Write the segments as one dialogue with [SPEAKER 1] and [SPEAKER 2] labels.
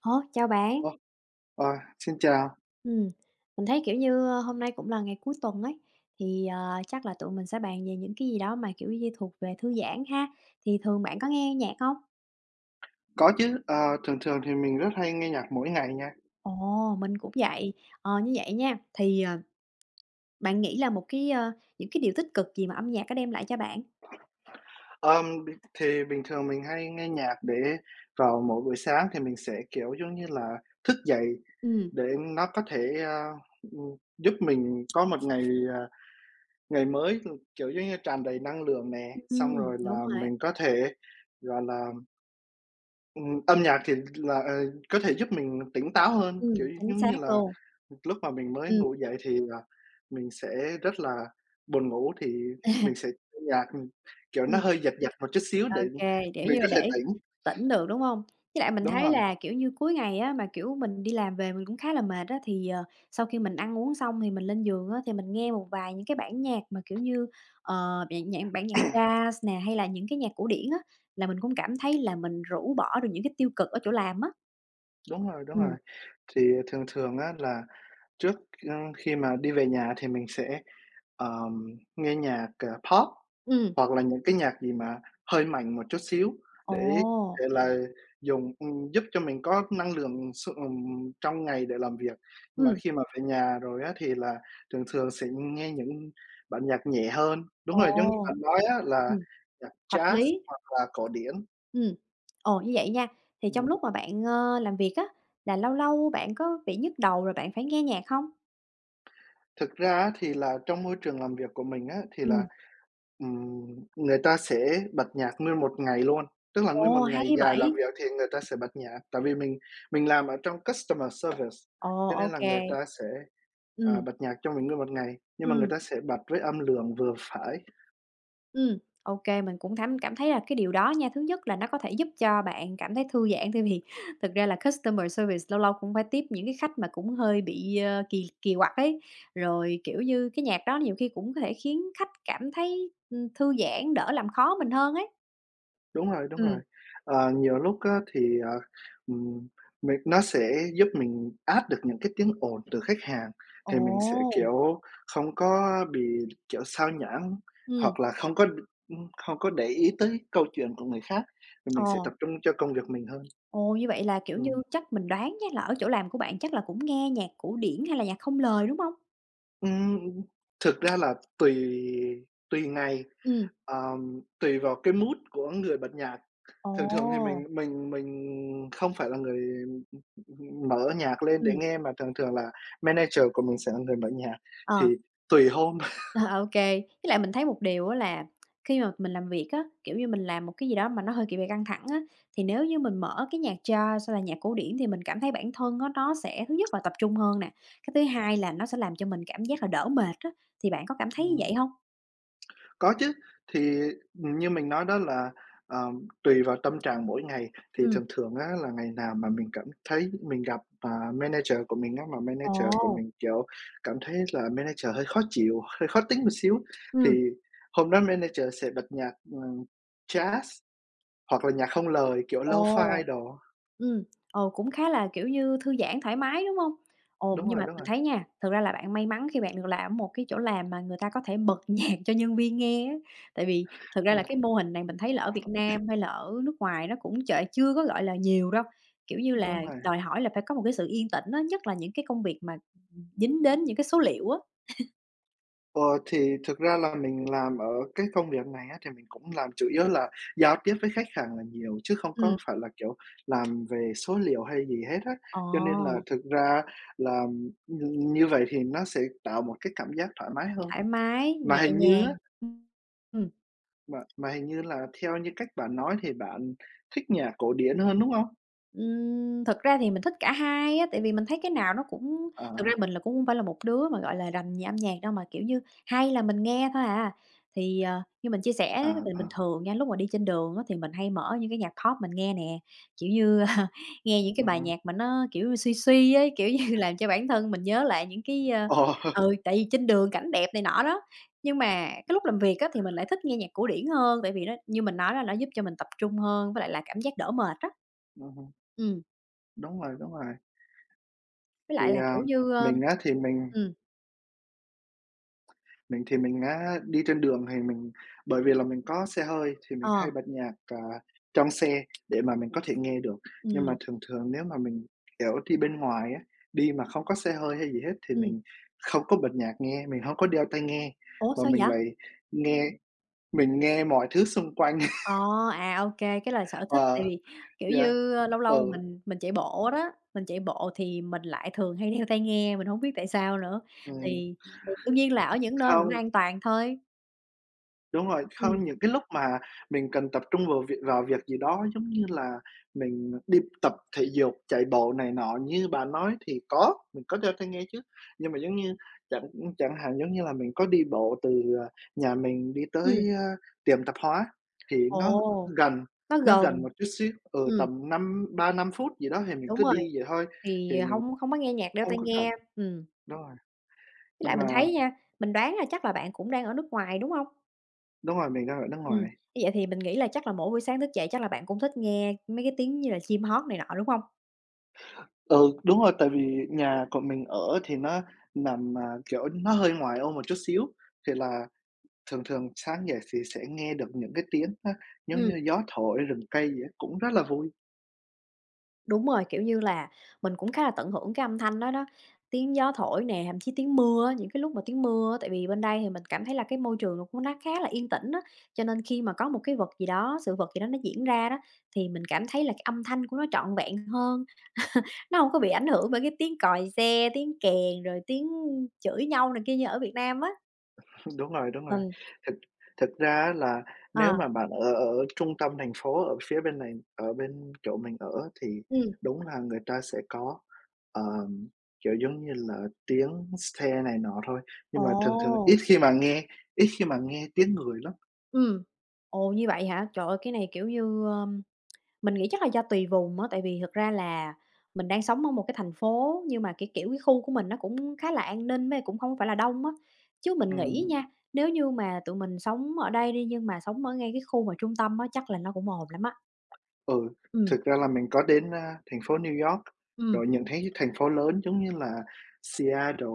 [SPEAKER 1] Ồ, chào bạn.
[SPEAKER 2] Ồ, ờ, xin chào.
[SPEAKER 1] Ừm, mình thấy, kiểu như, hôm nay cũng là ngày cuối tuần ấy, thì, chắc là tụi mình sẽ bàn về những cái gì đó mà, kiểu như, thuộc về thư giãn ha. Thì thường bạn có nghe nhạc không?
[SPEAKER 2] Có chứ, thường thường thì mình rất hay nghe nhạc mỗi ngày nha.
[SPEAKER 1] Ồ, mình cũng vậy. Như vậy nha, thì, bạn nghĩ là những cái điều tích cực gì mà âm nhạc có đem lại cho bạn?
[SPEAKER 2] Bình thường mình hay nghe nhạc để vào mỗi buổi sáng thì mình sẽ, kiểu, giống như là, thức dậy
[SPEAKER 1] Ừm,
[SPEAKER 2] để nó có thể, ừm, giúp mình có một ngày, à, ngày mới, kiểu, giống như, tràn đầy năng lượng nè, xong rồi
[SPEAKER 1] đúng
[SPEAKER 2] là
[SPEAKER 1] rồi.
[SPEAKER 2] mình có thể, gọi là, âm nhạc thì là, có thể giúp mình tỉnh táo hơn, kiểu,
[SPEAKER 1] Ừm, chính
[SPEAKER 2] giống
[SPEAKER 1] xác
[SPEAKER 2] như là
[SPEAKER 1] luôn.
[SPEAKER 2] lúc mà mình mới
[SPEAKER 1] Ừm,
[SPEAKER 2] ngủ dậy thì, mình sẽ rất là buồn ngủ, thì mình sẽ nghe nhạc, kiểu, nó
[SPEAKER 1] ừm.
[SPEAKER 2] hơi giật giật một chút xíu để
[SPEAKER 1] Ô kê, kiểu
[SPEAKER 2] mình
[SPEAKER 1] như là,
[SPEAKER 2] có
[SPEAKER 1] để
[SPEAKER 2] thể tỉnh.
[SPEAKER 1] tỉnh được, đúng hông? Với lại mình
[SPEAKER 2] Đúng
[SPEAKER 1] thấy
[SPEAKER 2] rồi,
[SPEAKER 1] là, kiểu như, cuối ngày á, mà, kiểu, mình đi làm về mình cũng khá là mệt á, thì, sau khi mình ăn uống xong thì mình lên giường á, thì mình nghe một vài những cái bản nhạc mà, kiểu như, bản nhạc jazz nè, hay là những cái nhạc cổ điển á, là mình cũng cảm thấy là mình rũ bỏ được những cái tiêu cực ở chỗ làm á.
[SPEAKER 2] đúng rồi.
[SPEAKER 1] Ừm,
[SPEAKER 2] Thì thường thường á là trước, khi mà đi về nhà thì mình sẽ, ờm, nghe nhạc, pop
[SPEAKER 1] ừm.
[SPEAKER 2] hoặc là những cái nhạc gì mà hơi mạnh một chút xíu
[SPEAKER 1] Ồ.
[SPEAKER 2] để thể là dùng giúp cho mình có năng lượng s trong ngày để làm việc. Nhưng mà
[SPEAKER 1] Ừm.
[SPEAKER 2] khi mà về nhà rồi á thì là thường thường sẽ nghe những bản nhạc nhẹ hơn. Đúng
[SPEAKER 1] Ồ.
[SPEAKER 2] rồi, giống như bạn nói á là
[SPEAKER 1] Ừm.
[SPEAKER 2] nhạc
[SPEAKER 1] Hợp
[SPEAKER 2] jazz
[SPEAKER 1] lý.
[SPEAKER 2] hoặc là cổ điển.
[SPEAKER 1] Ừm. Ồ, như vậy nha, thì trong
[SPEAKER 2] Ừm,
[SPEAKER 1] lúc mà bạn, làm việc á, là lâu lâu bạn có bị nhức đầu rồi bạn phải nghe nhạc hông?
[SPEAKER 2] thực ra á thì là trong môi trường làm việc của mình á thì là
[SPEAKER 1] Ừm.
[SPEAKER 2] Người ta sẽ bật nhạc nguyên một ngày luôn, tức là nguyên
[SPEAKER 1] Ồ,
[SPEAKER 2] một
[SPEAKER 1] hay
[SPEAKER 2] ngày dài làm
[SPEAKER 1] vậy!
[SPEAKER 2] việc thì người ta sẽ bật nhạc, tại vì mình làm ở trong customer service,
[SPEAKER 1] Ồ,
[SPEAKER 2] cho
[SPEAKER 1] ô
[SPEAKER 2] nên là
[SPEAKER 1] kê.
[SPEAKER 2] người ta sẽ,
[SPEAKER 1] Ừm.
[SPEAKER 2] bật nhạc cho mình nguyên một ngày, nhưng mà người
[SPEAKER 1] Ừm.
[SPEAKER 2] ta sẽ bật với âm lượng vừa phải.
[SPEAKER 1] Ừm, ô kê, mình cũng cảm thấy là cái điều đó nha, thứ nhất là nó có thể giúp cho bạn cảm thấy thư giãn, tại vì thực ra là customer service lâu lâu cũng phải tiếp những cái khách mà cũng hơi bị, kỳ kỳ quặc ấy. Rồi, kiểu như, cái nhạc đó nhiều khi cũng có thể khiến khách cảm thấy, thư giãn, đỡ làm khó mình hơn ấy.
[SPEAKER 2] Đúng rồi, đúng rồi.
[SPEAKER 1] Ừm.
[SPEAKER 2] Nhiều lúc á thì, ừm, mình nó sẽ giúp mình át được những cái tiếng ồn từ khách hàng,
[SPEAKER 1] Ồ.
[SPEAKER 2] thì mình sẽ, kiểu, không có bị, kiểu, xao nhãng
[SPEAKER 1] Ừm.
[SPEAKER 2] hoặc là không có không có để ý tới câu chuyện của người khác, thì mình sẽ
[SPEAKER 1] Ồ,
[SPEAKER 2] tập trung cho công việc mình hơn.
[SPEAKER 1] ồ, như vậy là, kiểu như,
[SPEAKER 2] Ừm.
[SPEAKER 1] chắc mình đoán nhé, là ở chỗ làm của bạn chắc là cũng nghe nhạc cổ điển hay là nhạc không lời, đúng không?
[SPEAKER 2] Ừm, thực ra là tùy tùy ngày,
[SPEAKER 1] Ừ.
[SPEAKER 2] tùy vào cái mood của người bật nhạc.
[SPEAKER 1] Ồ.
[SPEAKER 2] Thường thường thì mình không phải là người mở nhạc lên
[SPEAKER 1] Ừ.
[SPEAKER 2] để nghe mà thường thường là manager của mình sẽ là người mở nhạc,
[SPEAKER 1] Ờ.
[SPEAKER 2] thì tùy hôm.
[SPEAKER 1] Ờ. Ô. Với lại mình thấy một điều á là khi mà mình làm việc á, kiểu như, mình làm một cái gì đó mà nó hơi bị căng thẳng á, thì nếu như mình mở cái nhạc jazz hay là nhạc cổ điển thì mình cảm thấy bản thân á nó sẽ thứ nhất là tập trung hơn nè, cái thứ hai là nó sẽ làm cho mình cảm giác là đỡ mệt á, thì bạn có cảm thấy như
[SPEAKER 2] Ừm,
[SPEAKER 1] vậy không?
[SPEAKER 2] có chứ, thì, như mình nói đó là, tùy vào tâm trạng mỗi ngày, thì
[SPEAKER 1] Ừ.
[SPEAKER 2] thường thường á là ngày nào mà mình cảm thấy mình gặp, manager của mình á, mà manager của
[SPEAKER 1] Ồ.
[SPEAKER 2] mình, kiểu, cảm thấy là manager hơi khó chịu, hơi khó tính một xíu, thì
[SPEAKER 1] Ừ.
[SPEAKER 2] hôm đó manager sẽ bật nhạc, jazz hoặc là nhạc không lời, kiểu,
[SPEAKER 1] Ồ.
[SPEAKER 2] lo-fi đồ.
[SPEAKER 1] Ừm, cũng khá là, kiểu như, thư giãn thoải mái, đúng hông? Ồ,
[SPEAKER 2] Đúng
[SPEAKER 1] nhưng
[SPEAKER 2] rồi,
[SPEAKER 1] mà mình thấy nha, thực ra là bạn may mắn khi bạn được làm ở một cái chỗ làm mà người ta có thể bật nhạc cho nhân viên nghe á, tại vì thực ra
[SPEAKER 2] ừm,
[SPEAKER 1] là cái mô hình này mình thấy là ở Việt Nam hay là ở nước ngoài nó cũng chưa có, gọi là, nhiều đâu, kiểu như
[SPEAKER 2] đúng
[SPEAKER 1] là,
[SPEAKER 2] rồi.
[SPEAKER 1] đòi hỏi là phải có một cái sự yên tĩnh á, nhất là những cái công việc mà, dính đến những cái số liệu á.
[SPEAKER 2] Ờ, thì thực ra là mình làm ở cái công việc này á, thì mình cũng làm chủ yếu là giao tiếp với khách hàng là nhiều, chứ không có
[SPEAKER 1] Ừm.
[SPEAKER 2] phải là, kiểu, làm về số liệu hay gì hết á. Cho nên là
[SPEAKER 1] Ồ.
[SPEAKER 2] thực ra là nh như vậy thì nó sẽ tạo một cái cảm giác thoải mái hơn.
[SPEAKER 1] Thoải mái,
[SPEAKER 2] Mà
[SPEAKER 1] nhẹ
[SPEAKER 2] hình như
[SPEAKER 1] nhàng.
[SPEAKER 2] á,
[SPEAKER 1] Ừm.
[SPEAKER 2] mà hình như là theo như cách bạn nói thì bạn thích nhạc cổ điển hơn, đúng không?
[SPEAKER 1] Thực ra thì mình thích cả hai á, tại vì mình thấy cái nào nó cũng
[SPEAKER 2] Ờ,
[SPEAKER 1] thực ra mình là cũng không phải là một đứa mà, gọi là, rành về âm nhạc đâu, mà, kiểu như, hay là mình nghe thôi à. Thì, như mình chia sẻ
[SPEAKER 2] ờ,
[SPEAKER 1] mình bình
[SPEAKER 2] ờ,
[SPEAKER 1] thường nha, lúc mà đi trên đường á thì mình hay mở những cái nhạc pop mình nghe nè, kiểu như, nghe những cái bài
[SPEAKER 2] hứm.
[SPEAKER 1] nhạc mà nó, kiểu, suy suy ấy, kiểu như, làm cho bản thân mình nhớ lại những cái,
[SPEAKER 2] Ờ,
[SPEAKER 1] ừ, tại vì trên đường cảnh đẹp này nọ đó. Nhưng mà cái lúc làm việc á, thì mình lại thích nghe nhạc cổ điển hơn, tại vì nó như mình nói đó, nó giúp cho mình tập trung hơn, với lại là cảm giác đỡ mệt á. Ừm,
[SPEAKER 2] đúng rồi, đúng rồi.
[SPEAKER 1] với
[SPEAKER 2] Thì,
[SPEAKER 1] lại là, kiểu như,
[SPEAKER 2] mình á, thì mình
[SPEAKER 1] ừm.
[SPEAKER 2] Mình thì mình á, đi trên đường thì mình bởi vì là mình có xe hơi thì mình
[SPEAKER 1] Ờ.
[SPEAKER 2] hay bật nhạc, trong xe để mà mình có thể nghe được. Nhưng mà
[SPEAKER 1] Ừm.
[SPEAKER 2] thường thường nếu mà mình, kiểu, đi bên ngoài á, đi mà không có xe hơi hay gì hết thì
[SPEAKER 1] Ừm.
[SPEAKER 2] mình không có bật nhạc nghe, mình hông có đeo tai nghe,
[SPEAKER 1] Ủa,
[SPEAKER 2] mà
[SPEAKER 1] sao
[SPEAKER 2] mình
[SPEAKER 1] vậy?
[SPEAKER 2] lại nghe mình nghe mọi thứ xung quanh.
[SPEAKER 1] Ờ, à, ô kê, cái là sở thích, tại
[SPEAKER 2] Ờ,
[SPEAKER 1] vì, kiểu
[SPEAKER 2] yeah,
[SPEAKER 1] như, lâu lâu
[SPEAKER 2] ừ,
[SPEAKER 1] mình chạy bộ đó, mình chạy bộ thì mình lại thường hay đeo tai nghe, mình hổng biết tại sao nữa,
[SPEAKER 2] ừm,
[SPEAKER 1] thì thì đương nhiên là ở những nơi mà nó
[SPEAKER 2] không
[SPEAKER 1] an toàn thôi.
[SPEAKER 2] Đúng rồi,
[SPEAKER 1] Ừm.
[SPEAKER 2] không, những cái lúc mà mình cần tập trung vào vào việc gì đó, giống như là mình đi tập thể dục, chạy bộ này nọ như bạn nói thì có, mình có đeo tai nghe chứ. Nhưng mà giống như chẳng chẳng hạn, giống như là, mình có đi bộ từ, ờ, nhà mình đi tới,
[SPEAKER 1] Ừm.
[SPEAKER 2] tiệm tạp hóa thì
[SPEAKER 1] Ồ,
[SPEAKER 2] gần,
[SPEAKER 1] nó
[SPEAKER 2] nó gần
[SPEAKER 1] gần.
[SPEAKER 2] một chút xíu, ừ,
[SPEAKER 1] Ừm,
[SPEAKER 2] tầm năm ba năm phút gì đó thì mình
[SPEAKER 1] đúng
[SPEAKER 2] cứ
[SPEAKER 1] rồi.
[SPEAKER 2] đi vậy thôi,
[SPEAKER 1] Thì
[SPEAKER 2] thì mình
[SPEAKER 1] hông hông có nghe nhạc đeo
[SPEAKER 2] không
[SPEAKER 1] tai
[SPEAKER 2] có cần
[SPEAKER 1] nghe. Ừm.
[SPEAKER 2] đúng rồi,
[SPEAKER 1] Với
[SPEAKER 2] nhưng
[SPEAKER 1] lại mình
[SPEAKER 2] mà
[SPEAKER 1] thấy nha, mình đoán là chắc là bạn cũng đang ở nước ngoài, đúng hông?
[SPEAKER 2] đúng rồi, mình đang ở nước
[SPEAKER 1] Ừm,
[SPEAKER 2] ngoài.
[SPEAKER 1] như vậy thì mình nghĩ là chắc là mỗi buổi sáng thức dậy chắc là bạn cũng thích nghe mấy cái tiếng như là chim hót này nọ, đúng hông?
[SPEAKER 2] Ừ, đúng rồi, tại vì nhà của mình ở thì nó nằm, kiểu, nó hơi ngoài ô một chút xíu, thì là thường thường sáng dậy thì sẽ nghe được những cái tiếng á, giống
[SPEAKER 1] Ừm,
[SPEAKER 2] như gió thổi, rừng cây gì á, cũng rất là vui.
[SPEAKER 1] đúng rồi, kiểu như là, mình cũng khá là tận hưởng cái âm thanh đó đó, tiếng gió thổi nè, thậm chí tiếng mưa á, những cái lúc mà tiếng mưa á, tại vì bên đây thì mình cảm thấy là cái môi trường nó cũng nó khá là yên tĩnh á, cho nên khi mà có một cái vật gì đó, sự vật gì đó nó diễn ra đó, thì mình cảm thấy là cái âm thanh của nó trọn vẹn hơn. Nó hông có bị ảnh hưởng bởi cái tiếng còi xe, tiếng kèn, rồi tiếng chửi nhau này kia như ở Việt Nam á.
[SPEAKER 2] Đúng rồi, đúng rồi.
[SPEAKER 1] Ừ.
[SPEAKER 2] Thực thực ra á là nếu
[SPEAKER 1] Ờ.
[SPEAKER 2] mà bạn ở ở trung tâm thành phố, ở phía bên này, ở bên chỗ mình ở thì
[SPEAKER 1] Ừm.
[SPEAKER 2] đúng là người ta sẽ có, ờm, kiểu, giống như là tiếng xe này nọ thôi, nhưng mà thường thường ít
[SPEAKER 1] Ồ!
[SPEAKER 2] khi mà nghe ít khi mà nghe tiếng người lắm.
[SPEAKER 1] Ừm, ồ, như vậy hả? Trời ơi, cái này, kiểu như, mình nghĩ chắc là do tùy vùng á, tại vì thực ra là mình đang sống ở một cái thành phố nhưng mà, cái kiểu, cái khu của mình nó cũng khá là an ninh với cũng hông phải là đông á. Chứ mình nghĩ
[SPEAKER 2] Ừm.
[SPEAKER 1] nha, nếu như mà tụi mình sống ở đây đi, nhưng mà sống ở ngay cái khu mà trung tâm á, chắc là nó cũng ồn lắm á.
[SPEAKER 2] Ừ,
[SPEAKER 1] Ừm.
[SPEAKER 2] thực ra là mình có đến, thành phố New York,
[SPEAKER 1] Ừm.
[SPEAKER 2] rồi những thấy thành phố lớn giống như là Seattle,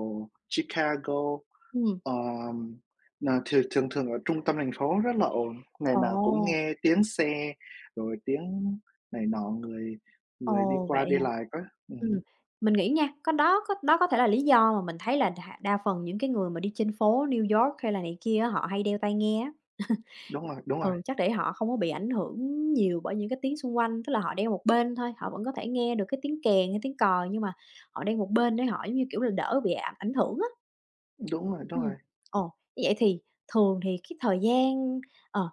[SPEAKER 2] Chicago,
[SPEAKER 1] Ừm.
[SPEAKER 2] ờm, là thường thường thường ở trung tâm thành phố rất là ồn, ngày
[SPEAKER 1] Ồ!
[SPEAKER 2] nào cũng nghe tiếng xe, rồi tiếng này nọ, người người đi
[SPEAKER 1] Ồ, vậy
[SPEAKER 2] qua đi
[SPEAKER 1] hả?
[SPEAKER 2] lại có ừm
[SPEAKER 1] Ừm, mình nghĩ nha, có đó có đó có thể là lý do mà mình thấy là đa đa phần những cái người mà đi trên phố New York hay là này kia á, họ hay đeo tai nghe á.
[SPEAKER 2] đúng rồi,
[SPEAKER 1] Ừ, chắc để họ không có bị ảnh hưởng nhiều bởi những cái tiếng xung quanh, tức là họ đeo một bên thôi, họ vẫn có thể nghe được cái tiếng kèn hay tiếng còi nhưng mà họ đeo một bên để họ, giống như kiểu là, đỡ bị ảnh ảnh hưởng á.
[SPEAKER 2] đúng
[SPEAKER 1] Ừm,
[SPEAKER 2] rồi,
[SPEAKER 1] như vậy thì thường thì cái thời gian ờ,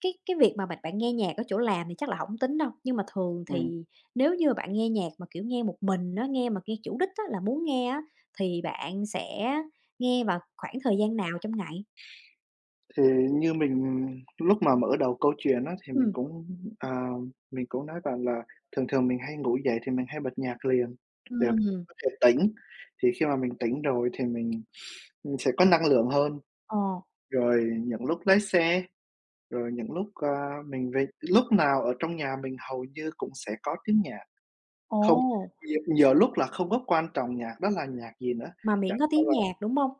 [SPEAKER 1] cái việc mà bạn bạn nghe nhạc ở chỗ làm thì chắc là không tính đâu, nhưng mà thường
[SPEAKER 2] ừm.
[SPEAKER 1] thì nếu như bạn nghe nhạc mà, kiểu, nghe một mình á, nghe mà nghe chủ đích á, là muốn nghe á, thì bạn sẽ nghe vào khoảng thời gian nào trong ngày?
[SPEAKER 2] Thì như mình lúc mà mở đầu câu chuyện á, thì mình
[SPEAKER 1] Ừm.
[SPEAKER 2] cũng, à, mình cũng nói bạn là thường thường mình hay ngủ dậy thì mình hay bật nhạc liền để
[SPEAKER 1] Ừm.
[SPEAKER 2] có thể tỉnh. Thì khi mà mình tỉnh rồi thì mình, sẽ có năng lượng hơn.
[SPEAKER 1] Ờ.
[SPEAKER 2] Rồi những lúc lái xe, rồi những lúc, mình về lúc nào ở trong nhà mình hầu như cũng sẽ có tiếng nhạc, không
[SPEAKER 1] Ồ,
[SPEAKER 2] nhiều nhiều lúc là không có quan trọng nhạc đó là nhạc gì nữa,
[SPEAKER 1] mà miễn
[SPEAKER 2] chẳng
[SPEAKER 1] có
[SPEAKER 2] qua
[SPEAKER 1] tiếng nhạc, đúng hông?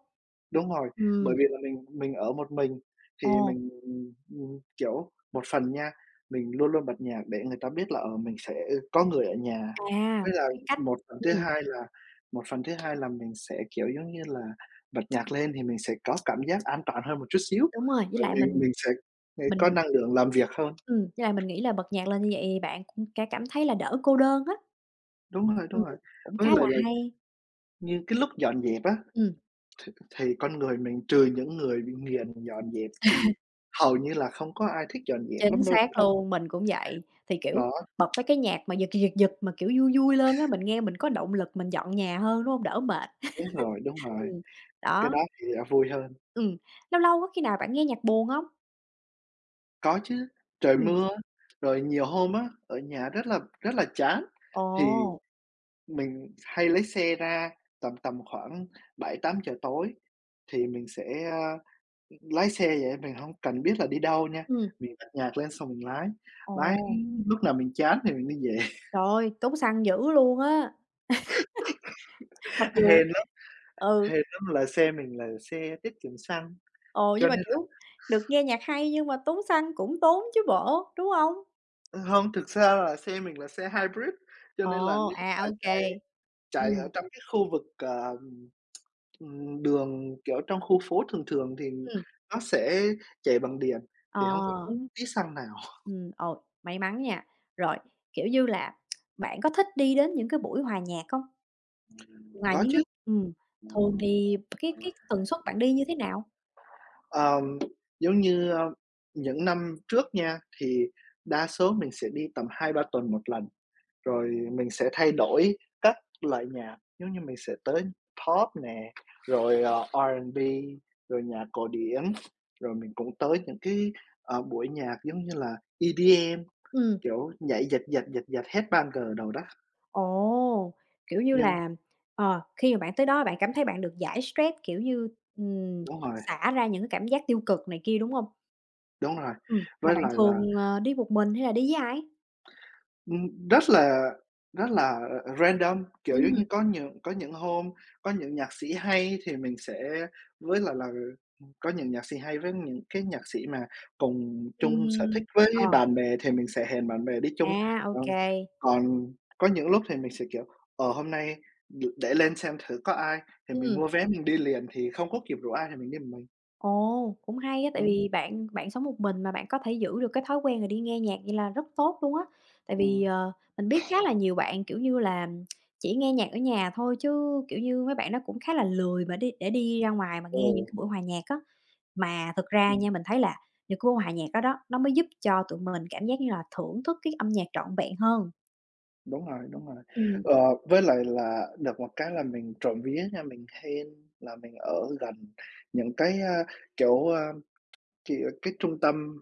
[SPEAKER 2] đúng rồi, bởi
[SPEAKER 1] Ừm.
[SPEAKER 2] vì là mình ở một mình thì
[SPEAKER 1] Ồ,
[SPEAKER 2] mình, kiểu, một phần nha, mình luôn luôn bật nhạc để người ta biết là, mình sẽ có người ở nhà.
[SPEAKER 1] à,
[SPEAKER 2] Với
[SPEAKER 1] một
[SPEAKER 2] là
[SPEAKER 1] cái cách.
[SPEAKER 2] một phần thứ
[SPEAKER 1] Ừm,
[SPEAKER 2] hai là một phần thứ hai là mình sẽ, kiểu, giống như là, bật nhạc lên thì mình sẽ có cảm giác an toàn hơn một chút xíu,
[SPEAKER 1] đúng rồi, với
[SPEAKER 2] rồi
[SPEAKER 1] lại
[SPEAKER 2] mình mình sẽ, có
[SPEAKER 1] mình.
[SPEAKER 2] năng lượng làm việc hơn.
[SPEAKER 1] Với lại mình nghĩ là bật nhạc lên như vậy thì bạn cũng sẽ cảm thấy là đỡ cô đơn á.
[SPEAKER 2] Đúng rồi,
[SPEAKER 1] Ừm,
[SPEAKER 2] đúng rồi.
[SPEAKER 1] cũng
[SPEAKER 2] Với
[SPEAKER 1] khá
[SPEAKER 2] lại
[SPEAKER 1] là
[SPEAKER 2] là
[SPEAKER 1] hay.
[SPEAKER 2] như cái lúc dọn dẹp á
[SPEAKER 1] Ừm,
[SPEAKER 2] th thì con người mình trừ những người bị nghiền dọn dẹp thì hầu như là không có ai thích dọn dẹp
[SPEAKER 1] chính
[SPEAKER 2] lắm đâu,
[SPEAKER 1] xác
[SPEAKER 2] đúng hông?
[SPEAKER 1] luôn, mình cũng vậy. Thì, kiểu,
[SPEAKER 2] Đó,
[SPEAKER 1] bật mấy cái nhạc mà giật, giật, giật mà, kiểu, vui vui lên á, mình nghe mình có động lực mình dọn nhà hơn, đúng hông? Đỡ mệt.
[SPEAKER 2] đúng rồi,
[SPEAKER 1] Ừm,
[SPEAKER 2] cái
[SPEAKER 1] đó.
[SPEAKER 2] đó thì đã vui hơn.
[SPEAKER 1] Ừm, lâu lâu có khi nào bạn nghe nhạc buồn hông?
[SPEAKER 2] Có chứ, trời
[SPEAKER 1] Ừm.
[SPEAKER 2] mưa, rồi nhiều hôm á, ở nhà rất là chán,
[SPEAKER 1] Ồ.
[SPEAKER 2] thì mình hay lấy xe ra tầm tầm khoảng bảy tám giờ tối thì mình sẽ, a, lái xe vậy, mình hông cần biết là đi đâu nha,
[SPEAKER 1] Ừm.
[SPEAKER 2] mình bật nhạc lên xong mình lái,
[SPEAKER 1] Ồ,
[SPEAKER 2] lái lúc nào mình chán thì mình đi về.
[SPEAKER 1] trời ơi, tốn xăng dữ luôn á. Mặc dù
[SPEAKER 2] Hên
[SPEAKER 1] ừ.
[SPEAKER 2] hay lắm là xe mình là xe tiết kiệm xăng,
[SPEAKER 1] Ồ,
[SPEAKER 2] cho
[SPEAKER 1] nhưng mà,
[SPEAKER 2] nên là
[SPEAKER 1] kiểu, được nghe nhạc hay nhưng mà tốn xăng cũng tốn chứ bộ, đúng hông?
[SPEAKER 2] hông, thực ra là xe mình là xe hybrid, cho
[SPEAKER 1] Ồ,
[SPEAKER 2] nên là nếu
[SPEAKER 1] à,
[SPEAKER 2] mà
[SPEAKER 1] ô
[SPEAKER 2] chạy
[SPEAKER 1] kê.
[SPEAKER 2] chạy
[SPEAKER 1] Ừm.
[SPEAKER 2] ở trong cái khu vực, đường, kiểu, trong khu phố thường thường thì
[SPEAKER 1] Ừm.
[SPEAKER 2] nó sẽ chạy bằng điện,
[SPEAKER 1] Ờ.
[SPEAKER 2] thì hông có tốn tí xăng nào.
[SPEAKER 1] Ừm, ồ, may mắn nha. Rồi, kiểu như là, bạn có thích đi đến những cái buổi hòa nhạc hông? Ngoài
[SPEAKER 2] Có
[SPEAKER 1] những
[SPEAKER 2] chứ.
[SPEAKER 1] lúc thường thì cái tần suất bạn đi như thế nào?
[SPEAKER 2] Ờm, giống như, những năm trước nha, thì đa số mình sẽ đi tầm hai ba tuần một lần. Rồi mình sẽ thay đổi các loại nhạc, giống như mình sẽ tới Pop nè, rồi, R&B, rồi nhạc cổ điển, rồi mình cũng tới những cái, buổi nhạc giống như là EDM,
[SPEAKER 1] Ừm.
[SPEAKER 2] kiểu, nhảy giật giật, giật giật, headbanger đồ đó,
[SPEAKER 1] Ồ, kiểu như
[SPEAKER 2] nhưng
[SPEAKER 1] là, khi mà bạn tới đó bạn cảm thấy bạn được giải stress, kiểu như, ừm,
[SPEAKER 2] đúng rồi,
[SPEAKER 1] xả ra những cái cảm giác tiêu cực này kia, đúng không?
[SPEAKER 2] đúng rồi,
[SPEAKER 1] Mà
[SPEAKER 2] với
[SPEAKER 1] bạn
[SPEAKER 2] lại là
[SPEAKER 1] thường, đi một mình hay là đi với ai?
[SPEAKER 2] Ừm, rất là rất là, random, kiểu, giống
[SPEAKER 1] Ừm.
[SPEAKER 2] như, có những hôm có những nhạc sĩ hay thì mình sẽ với lại là, có những nhạc sĩ hay với những cái nhạc sĩ mà cùng chung sở
[SPEAKER 1] Ừm.
[SPEAKER 2] thích với
[SPEAKER 1] Ờ.
[SPEAKER 2] bạn bè thì mình sẽ hẹn bạn bè đi chung.
[SPEAKER 1] À, ô.
[SPEAKER 2] Ờ, còn có những lúc thì mình sẽ, kiểu, hôm nay đ để lên xem thử có ai thì mình
[SPEAKER 1] Ừm.
[SPEAKER 2] mua vé mình đi liền thì không có kịp rủ ai thì mình đi một mình.
[SPEAKER 1] Ồ, cũng hay á, tại
[SPEAKER 2] Ừm,
[SPEAKER 1] vì bạn bạn sống một mình mà bạn có thể giữ được cái thói quen rồi đi nghe nhạc vậy là rất tốt luôn á. Tại vì,
[SPEAKER 2] ừm,
[SPEAKER 1] mình biết khá là nhiều bạn, kiểu như là, chỉ nghe nhạc ở nhà thôi chứ, kiểu như, mấy bạn nó cũng khá là lười mà đi để đi ra ngoài mà
[SPEAKER 2] ừ,
[SPEAKER 1] nghe những cái buổi hòa nhạc á. Mà thực ra
[SPEAKER 2] ừm.
[SPEAKER 1] nha, mình thấy là những cái buổi hòa nhạc đó đó, nó mới giúp cho tụi mình cảm giác như là thưởng thức cái âm nhạc trọn vẹn hơn.
[SPEAKER 2] Đúng rồi, đúng rồi.
[SPEAKER 1] Ừm.
[SPEAKER 2] Ờ, với lại là được một cái là mình trộm vía nha, mình hên là mình ở gần những cái, kiểu, cái trung tâm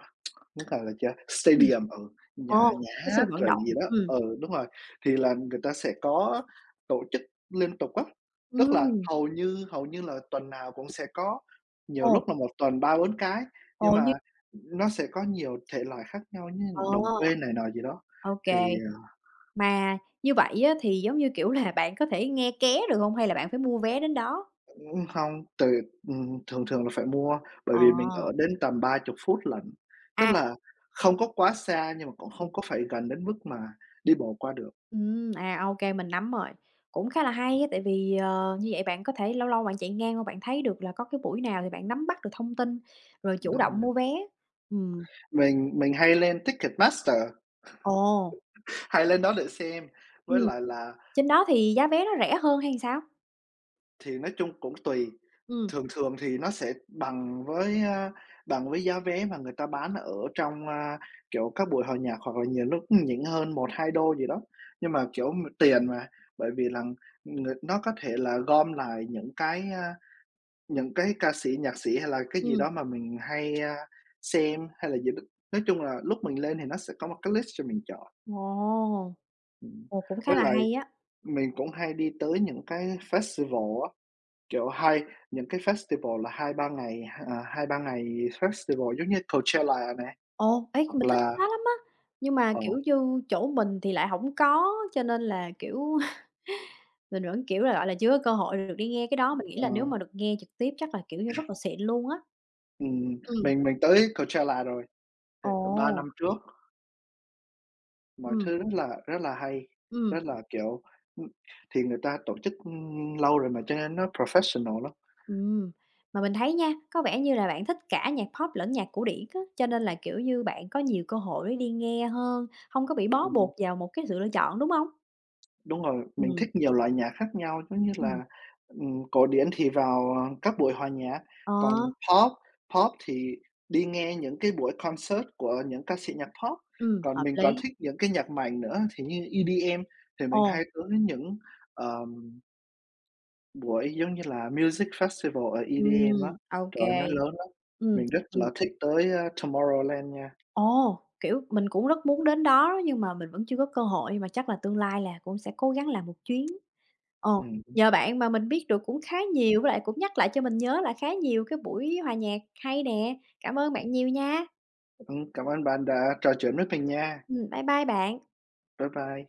[SPEAKER 2] nó gọi là chưa
[SPEAKER 1] Ừm.
[SPEAKER 2] stadium, ừ, nhà
[SPEAKER 1] Ồ,
[SPEAKER 2] nhà
[SPEAKER 1] cái sự
[SPEAKER 2] hát
[SPEAKER 1] vận
[SPEAKER 2] rồi
[SPEAKER 1] động.
[SPEAKER 2] gì đó,
[SPEAKER 1] Ừm.
[SPEAKER 2] ừ, đúng rồi, thì là người ta sẽ có tổ chức liên tục á. Tức là
[SPEAKER 1] Ừm.
[SPEAKER 2] hầu như là tuần nào cũng sẽ có, nhiều
[SPEAKER 1] Ồ.
[SPEAKER 2] lúc là một tuần 3 4 cái, nhưng
[SPEAKER 1] Ồ,
[SPEAKER 2] mà
[SPEAKER 1] như.
[SPEAKER 2] nó sẽ có nhiều thể loại khác nhau như
[SPEAKER 1] Ờ,
[SPEAKER 2] đồng quê này nọ gì đó,
[SPEAKER 1] ô.
[SPEAKER 2] thì à,
[SPEAKER 1] Mà như vậy á, thì giống như, kiểu là, bạn có thể nghe ké được hông hay là bạn phải mua vé đến đó?
[SPEAKER 2] Hông, tự thường thường là phải mua, bởi
[SPEAKER 1] Ờ.
[SPEAKER 2] vì mình ở đến tầm ba chục phút lận, tức
[SPEAKER 1] À.
[SPEAKER 2] là không có quá xa nhưng mà cũng
[SPEAKER 1] Ừm.
[SPEAKER 2] không có phải gần đến mức mà đi bộ qua được.
[SPEAKER 1] Ừm, à, ô kê, mình nắm rồi. Cũng khá là hay á, tại vì, như vậy bạn có thể lâu lâu bạn chạy ngang qua bạn thấy được là có cái buổi nào thì bạn nắm bắt được thông tin, rồi chủ
[SPEAKER 2] Đúng rồi,
[SPEAKER 1] động mua vé. Ừm.
[SPEAKER 2] mình hay lên Ticketmaster,
[SPEAKER 1] Ồ.
[SPEAKER 2] hay lên đó để xem, với
[SPEAKER 1] Ừm,
[SPEAKER 2] lại là
[SPEAKER 1] trên đó thì giá vé nó rẻ hơn hay sao?
[SPEAKER 2] thì nói chung cũng tùy,
[SPEAKER 1] Ừm.
[SPEAKER 2] thường thường thì nó sẽ bằng với, bằng với giá vé mà người ta bán ở trong, kiểu, các buổi hòa nhạc hoặc là nhiều lúc nhỉnh hơn một 2 đô gì đó. Nhưng mà, kiểu, m tiền mà, bởi vì là người nó có thể là gom lại những cái, những cái ca sĩ, nhạc sĩ hay là cái gì
[SPEAKER 1] Ừm.
[SPEAKER 2] đó mà mình hay, xem hay là gì đó. Nói chung là lúc mình lên thì nó sẽ có một cái list cho mình chọn,
[SPEAKER 1] Ồ.
[SPEAKER 2] ừm.
[SPEAKER 1] Ồ, cũng khá
[SPEAKER 2] Với
[SPEAKER 1] là
[SPEAKER 2] lại
[SPEAKER 1] hay á.
[SPEAKER 2] mình cũng hay đi tới những cái festival kiểu, hai những cái festival là hai ba ngày, à, 2-3 ngày festival giống như Coachella nè,
[SPEAKER 1] Ồ, ê,
[SPEAKER 2] hoặc
[SPEAKER 1] mình thích
[SPEAKER 2] là
[SPEAKER 1] cái đó lắm á, nhưng mà,
[SPEAKER 2] ờ,
[SPEAKER 1] kiểu như, chỗ mình thì lại hổng có, cho nên là, kiểu. Mình vẫn, kiểu là, gọi là, chưa có cơ hội được đi nghe cái đó, mình nghĩ
[SPEAKER 2] ờ,
[SPEAKER 1] là nếu mà được nghe trực tiếp chắc là, kiểu như, rất là xịn luôn á. Ừm.
[SPEAKER 2] mình tới Coachella rồi, thì
[SPEAKER 1] Ồ.
[SPEAKER 2] 3 năm trước, mọi
[SPEAKER 1] Ừm.
[SPEAKER 2] thứ rất là hay,
[SPEAKER 1] Ừm.
[SPEAKER 2] rất là, kiểu, ưm, thì người ta tổ chức, lâu rồi mà cho nên nó professional lắm.
[SPEAKER 1] Ừm. Mà mình thấy nha, có vẻ như là bạn thích cả nhạc pop lẫn nhạc cổ điển á, cho nên là, kiểu như, bạn có nhiều cơ hội để đi nghe hơn, hông có bị bó
[SPEAKER 2] Ừm.
[SPEAKER 1] buộc vào một cái sự lựa chọn, đúng hông?
[SPEAKER 2] Đúng rồi, mình
[SPEAKER 1] Ừm.
[SPEAKER 2] thích nhiều loại nhạc khác nhau, giống như
[SPEAKER 1] Ừm.
[SPEAKER 2] là, cổ điển thì vào, các buổi hòa nhạc,
[SPEAKER 1] Ờ.
[SPEAKER 2] còn Pop Pop thì đi nghe những cái buổi concert của những ca sĩ nhạc Pop.
[SPEAKER 1] Ừm,
[SPEAKER 2] Còn
[SPEAKER 1] hợp
[SPEAKER 2] mình còn
[SPEAKER 1] lý.
[SPEAKER 2] thích những cái nhạc mạnh nữa thì như EDM thì mình
[SPEAKER 1] Ồ.
[SPEAKER 2] hay tới những, ờm, buổi giống như là Music Festival ở EDM á,
[SPEAKER 1] Ừm, ô
[SPEAKER 2] trời ơi, nó
[SPEAKER 1] kê.
[SPEAKER 2] lớn lắm.
[SPEAKER 1] Ừm,
[SPEAKER 2] Mình rất
[SPEAKER 1] mình.
[SPEAKER 2] là thích tới, Tomorrowland nha.
[SPEAKER 1] Ồ, kiểu, mình cũng rất muốn đến đó nhưng mà mình vẫn chưa có cơ hội, mà chắc là tương lai là cũng sẽ cố gắng làm một chuyến. Ờ,
[SPEAKER 2] Ừm,
[SPEAKER 1] nhờ bạn mà mình biết được cũng khá nhiều, với lại cũng nhắc lại cho mình nhớ là khá nhiều cái buổi hòa nhạc hay nè. Cảm ơn bạn nhiều nha.
[SPEAKER 2] cảm ơn bạn đã trò chuyện với mình nha.
[SPEAKER 1] Bye bye bạn.
[SPEAKER 2] Bye bye.